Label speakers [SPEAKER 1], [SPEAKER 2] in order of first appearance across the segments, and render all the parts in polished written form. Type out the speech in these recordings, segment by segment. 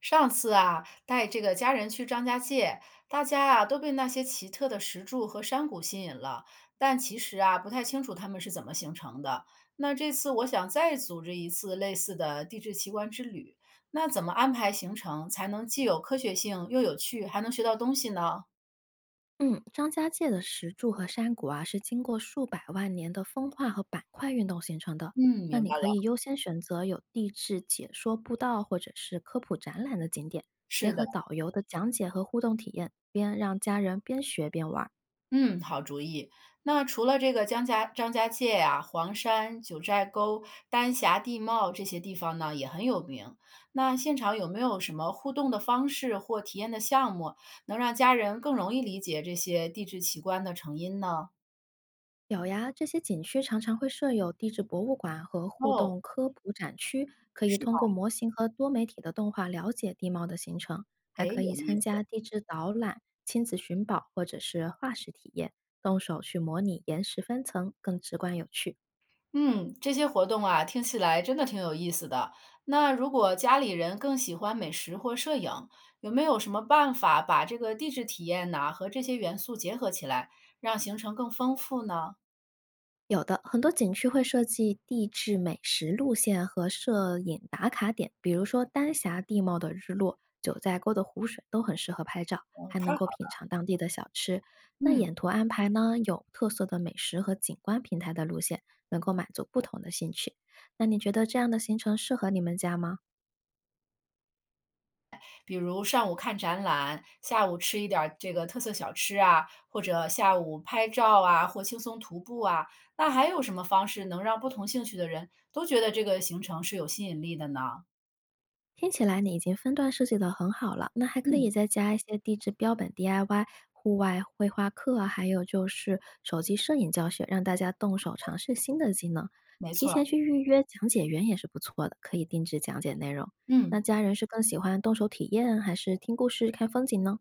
[SPEAKER 1] 上次啊，带这个家人去张家界，大家啊都被那些奇特的石柱和山谷吸引了，但其实啊不太清楚它们是怎么形成的。那这次我想再组织一次类似的地质奇观之旅，那怎么安排行程才能既有科学性又有趣，还能学到东西呢？
[SPEAKER 2] 嗯，张家界的石柱和山谷啊，是经过数百万年的风化和板块运动形成的。
[SPEAKER 1] 嗯，
[SPEAKER 2] 那
[SPEAKER 1] 明
[SPEAKER 2] 你
[SPEAKER 1] 白
[SPEAKER 2] 可
[SPEAKER 1] 了。
[SPEAKER 2] 以优先选择有地质解说步道或者是科普展览的景点，结
[SPEAKER 1] 是
[SPEAKER 2] 合
[SPEAKER 1] 的。
[SPEAKER 2] 导游的讲解和互动体验，边让家人边学边玩儿。
[SPEAKER 1] 嗯，好主意。那除了这个江家、张家界呀、黄山、九寨沟、丹霞地貌这些地方呢，也很有名。那现场有没有什么互动的方式或体验的项目，能让家人更容易理解这些地质奇观的成因呢？
[SPEAKER 2] 有呀，这些景区常常会设有地质博物馆和互
[SPEAKER 1] 哦，
[SPEAKER 2] 动科普展区，可以
[SPEAKER 1] 是
[SPEAKER 2] 通
[SPEAKER 1] 吧？
[SPEAKER 2] 过模型和多媒体的动画了解地貌的形成，还
[SPEAKER 1] 哎，
[SPEAKER 2] 可以
[SPEAKER 1] 有意
[SPEAKER 2] 参
[SPEAKER 1] 思。
[SPEAKER 2] 加地质导览、亲子寻宝或者是化石体验，动手去模拟岩石分层，更直观有趣。
[SPEAKER 1] 嗯，这些活动啊，听起来真的挺有意思的。那如果家里人更喜欢美食或摄影，有没有什么办法把这个地质体验呐和这些元素结合起来，让行程更丰富呢？
[SPEAKER 2] 有的，很多景区会设计地质美食路线和摄影打卡点，比如说丹霞地貌的日落、九寨沟的湖水都很适合拍照，
[SPEAKER 1] 嗯，
[SPEAKER 2] 还能
[SPEAKER 1] 太好，
[SPEAKER 2] 够品尝当地的小吃。那
[SPEAKER 1] 嗯，
[SPEAKER 2] 沿途安排呢，有特色的美食和景观平台的路线，能够满足不同的兴趣。那你觉得这样的行程适合你们家吗？
[SPEAKER 1] 比如上午看展览，下午吃一点儿这个特色小吃啊，或者下午拍照啊，或轻松徒步啊。那还有什么方式能让不同兴趣的人都觉得这个行程是有吸引力的呢？
[SPEAKER 2] 听起来你已经分段设计得很好了，那还可
[SPEAKER 1] 嗯，
[SPEAKER 2] 以再加一些地质标本 DIY、户外绘画课啊还有就是手机摄影教学，让大家动手尝试新的技能。
[SPEAKER 1] 没
[SPEAKER 2] 提
[SPEAKER 1] 错，
[SPEAKER 2] 前去预约讲解员也是不错的，可以定制讲解内容。那
[SPEAKER 1] 嗯。
[SPEAKER 2] 家人是更喜欢动手体验，还是听故事看风景呢？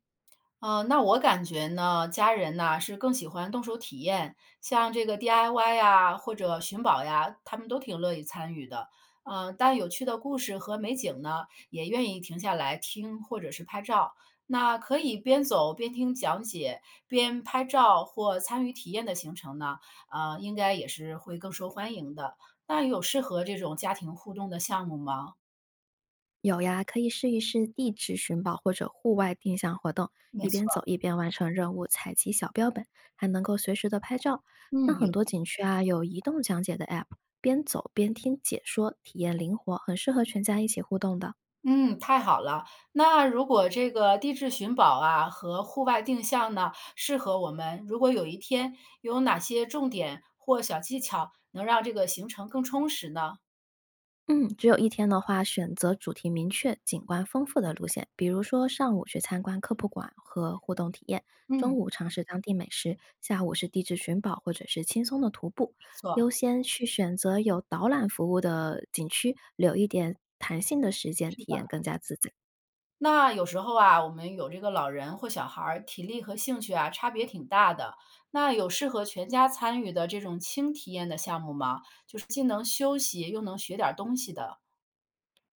[SPEAKER 1] 那我感觉呢，家人呢是更喜欢动手体验，像这个 DIY 呀，或者寻宝呀，他们都挺乐意参与的。但有趣的故事和美景呢，也愿意停下来听或者是拍照。那可以边走边听讲解，边拍照或参与体验的行程呢，应该也是会更受欢迎的。那有适合这种家庭互动的项目吗？
[SPEAKER 2] 有呀，可以试一试地质寻宝或者户外定向活动，
[SPEAKER 1] 没
[SPEAKER 2] 一
[SPEAKER 1] 错，
[SPEAKER 2] 边走一边完成任务，采集小标本，还能够随时的拍照。那
[SPEAKER 1] 嗯，
[SPEAKER 2] 很
[SPEAKER 1] 有
[SPEAKER 2] 多景区啊有移动讲解的 app，边走边听解说，体验灵活，很适合全家一起互动的。
[SPEAKER 1] 嗯，太好了。那如果这个地质寻宝啊和户外定向呢，适合我们。如果有一天有哪些重点或小技巧能让这个行程更充实呢？
[SPEAKER 2] 嗯，只有一天的话，选择主题明确、景观丰富的路线，比如说上午去参观科普馆和互动体验，中
[SPEAKER 1] 嗯，没
[SPEAKER 2] 午尝试当地美食，下午是地质寻宝或者是轻松的徒步。优
[SPEAKER 1] 错，
[SPEAKER 2] 先去选择有导览服务的景区，留一点弹性的时间，
[SPEAKER 1] 是
[SPEAKER 2] 体验
[SPEAKER 1] 的。
[SPEAKER 2] 更加自在。
[SPEAKER 1] 那有时候啊，我们有这个老人或小孩儿，体力和兴趣啊差别挺大的。那有适合全家参与的这种轻体验的项目吗？就是既能休息又能学点儿东西的。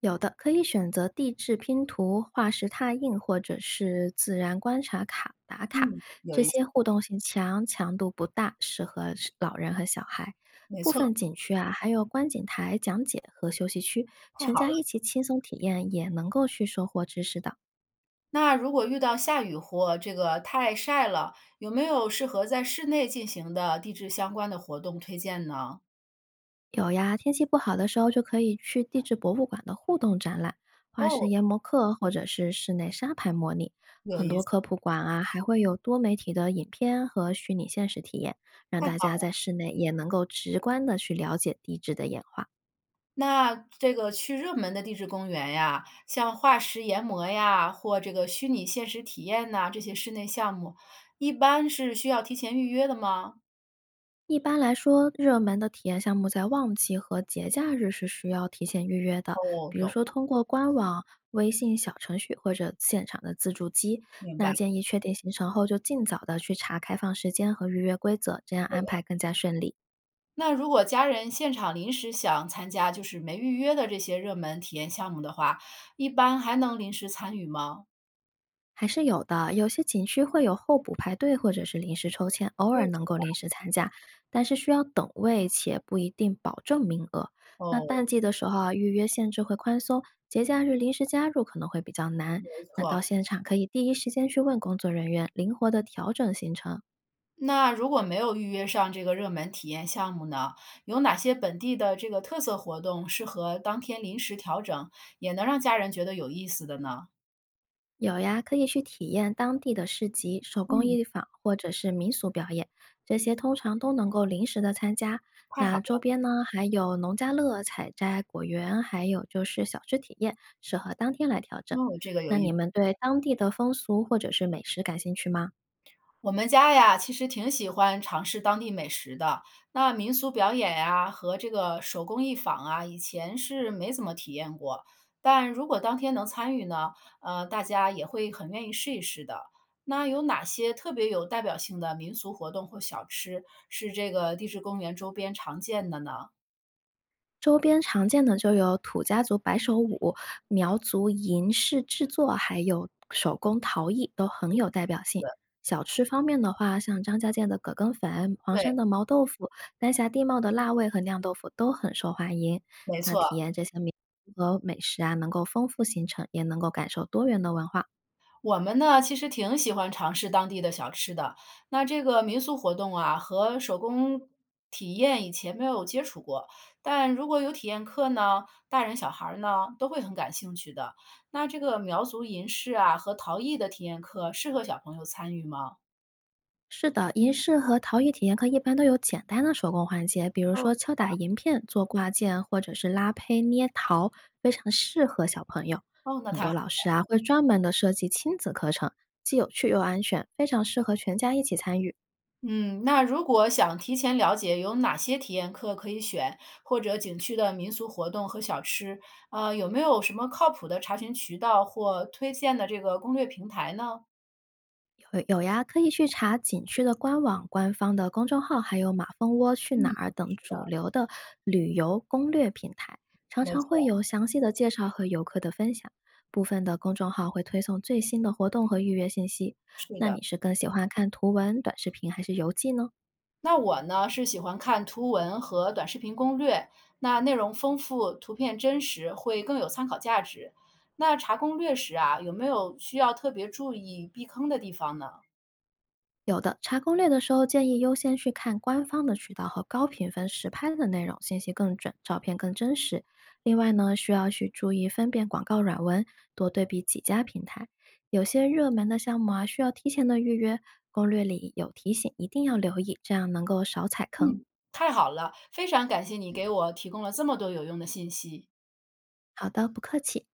[SPEAKER 2] 有的可以选择地质拼图、化石拓印或者是自然观察卡打卡，
[SPEAKER 1] 嗯，有
[SPEAKER 2] 这
[SPEAKER 1] 一，
[SPEAKER 2] 些互动性强、强度不大，适合是老人和小孩。
[SPEAKER 1] 没
[SPEAKER 2] 部
[SPEAKER 1] 错，
[SPEAKER 2] 分景区啊，还有观景台讲解和休息区，
[SPEAKER 1] 太
[SPEAKER 2] 全
[SPEAKER 1] 好
[SPEAKER 2] 家
[SPEAKER 1] 了
[SPEAKER 2] 一起轻松体验，也能够去收获知识的。
[SPEAKER 1] 那如果遇到下雨或这个太晒了，有没有适合在室内进行的地质相关的活动推荐呢？
[SPEAKER 2] 有呀，天气不好的时候就可以去地质博物馆的互动展览、化石
[SPEAKER 1] 哦，
[SPEAKER 2] 研磨课，或者是室内沙盘模拟。
[SPEAKER 1] 有
[SPEAKER 2] 很
[SPEAKER 1] 意
[SPEAKER 2] 多
[SPEAKER 1] 思，
[SPEAKER 2] 科普馆啊，还会有多媒体的影片和虚拟现实体验，让
[SPEAKER 1] 太棒
[SPEAKER 2] 大家
[SPEAKER 1] 了！
[SPEAKER 2] 在室内也能够直观的去了解地质的演化。
[SPEAKER 1] 那这个去热门的地质公园呀，像化石研磨呀，或这个虚拟现实体验呐，这些室内项目，一般是需要提前预约的吗？
[SPEAKER 2] 一般来说，热门的体验项目在旺季和节假日是需要提前预约的，
[SPEAKER 1] 哦，
[SPEAKER 2] 比如
[SPEAKER 1] 懂
[SPEAKER 2] 说
[SPEAKER 1] 了，
[SPEAKER 2] 通过官网、微信小程序或者现场的自助机。
[SPEAKER 1] 明
[SPEAKER 2] 那
[SPEAKER 1] 白。
[SPEAKER 2] 建议确定行程后，就尽早的去查开放时间和预约规则，这样安排更加顺利。
[SPEAKER 1] 那如果家人现场临时想参加，就是没预约的这些热门体验项目的话，一般还能临时参与吗？
[SPEAKER 2] 还是有的，有些景区会有候补排队或者是临时抽签，偶尔能够临时参加，但是需要等位且不一定保证名额。那
[SPEAKER 1] 哦，
[SPEAKER 2] 淡季的时候啊，预约限制会宽松，节假日临时加入可能会比较难。
[SPEAKER 1] 没
[SPEAKER 2] 那
[SPEAKER 1] 错。
[SPEAKER 2] 到现场可以第一时间去问工作人员，灵活的调整行程。
[SPEAKER 1] 那如果没有预约上这个热门体验项目呢，有哪些本地的这个特色活动适合当天临时调整，也能让家人觉得有意思的呢？
[SPEAKER 2] 有呀，可以去体验当地的市集、手工
[SPEAKER 1] 嗯，
[SPEAKER 2] 艺坊或者是民俗表演，这些通常都能够临时的参加。
[SPEAKER 1] 太好
[SPEAKER 2] 那周
[SPEAKER 1] 了，
[SPEAKER 2] 边呢，还有农家乐、采摘、果园，还有就是小吃体验，适合当天来调整。
[SPEAKER 1] 那我这个有
[SPEAKER 2] 那
[SPEAKER 1] 意
[SPEAKER 2] 你
[SPEAKER 1] 思。
[SPEAKER 2] 们对当地的风俗或者是美食感兴趣吗？
[SPEAKER 1] 我们家呀，其实挺喜欢尝试当地美食的。那民俗表演呀，和这个手工艺坊啊，以前是没怎么体验过。但如果当天能参与呢，大家也会很愿意试一试的。那有哪些特别有代表性的民俗活动或小吃是这个地质公园周边常见的呢？
[SPEAKER 2] 周边常见的就有土家族白手舞、苗族银饰制作，还有手工陶艺，都很有代表性。小吃方面的话，像张家界的葛根粉、黄山
[SPEAKER 1] 对，
[SPEAKER 2] 的毛豆腐、丹霞地貌的辣味和酿豆腐都很受欢迎。
[SPEAKER 1] 没
[SPEAKER 2] 那
[SPEAKER 1] 错。
[SPEAKER 2] 体验这些民俗和美食啊，能够丰富行程，也能够感受多元的文化。
[SPEAKER 1] 我们呢，其实挺喜欢尝试当地的小吃的。那这个民俗活动啊，和手工体验以前没有接触过，但如果有体验课呢，大人小孩儿呢都会很感兴趣的。那这个苗族银饰啊和陶艺的体验课适合小朋友参与吗？
[SPEAKER 2] 是的，银饰和陶艺体验课一般都有简单的手工环节，比如
[SPEAKER 1] 哦，
[SPEAKER 2] 说敲打银片、做挂件，或者是拉胚捏陶，非常适合小朋友。
[SPEAKER 1] 哦，那
[SPEAKER 2] 很
[SPEAKER 1] 太
[SPEAKER 2] 多
[SPEAKER 1] 好。
[SPEAKER 2] 老师啊会专门的设计亲子课程，既有趣又安全，非常适合全家一起参与。
[SPEAKER 1] 嗯，那如果想提前了解有哪些体验课可以选，或者景区的民俗活动和小吃，有没有什么靠谱的查询渠道或推荐的这个攻略平台呢？
[SPEAKER 2] 有呀，可以去查景区的官网、官方的公众号，还有马蜂窝去哪儿
[SPEAKER 1] 嗯，
[SPEAKER 2] 等主流的旅游攻略平台，常
[SPEAKER 1] 没
[SPEAKER 2] 常
[SPEAKER 1] 错，
[SPEAKER 2] 会有详细的介绍和游客的分享。部分的公众号会推送最新的活动和预约信息。
[SPEAKER 1] 是
[SPEAKER 2] 那你
[SPEAKER 1] 的。
[SPEAKER 2] 是更喜欢看图文、短视频还是游记呢？
[SPEAKER 1] 那我呢是喜欢看图文和短视频攻略，那内容丰富，图片真实，会更有参考价值。那查攻略时啊，有没有需要特别注意避坑的地方呢？
[SPEAKER 2] 有的，查攻略的时候建议优先去看官方的渠道和高评分实拍的内容，信息更准，照片更真实。另外呢，需要去注意分辨广告软文，多对比几家平台。有些热门的项目啊，需要提前的预约，攻略里有提醒，一定要留意，这样能够少踩坑。
[SPEAKER 1] 嗯太好了，非常感谢你给我提供了这么多有用的信息。
[SPEAKER 2] 好的，不客气。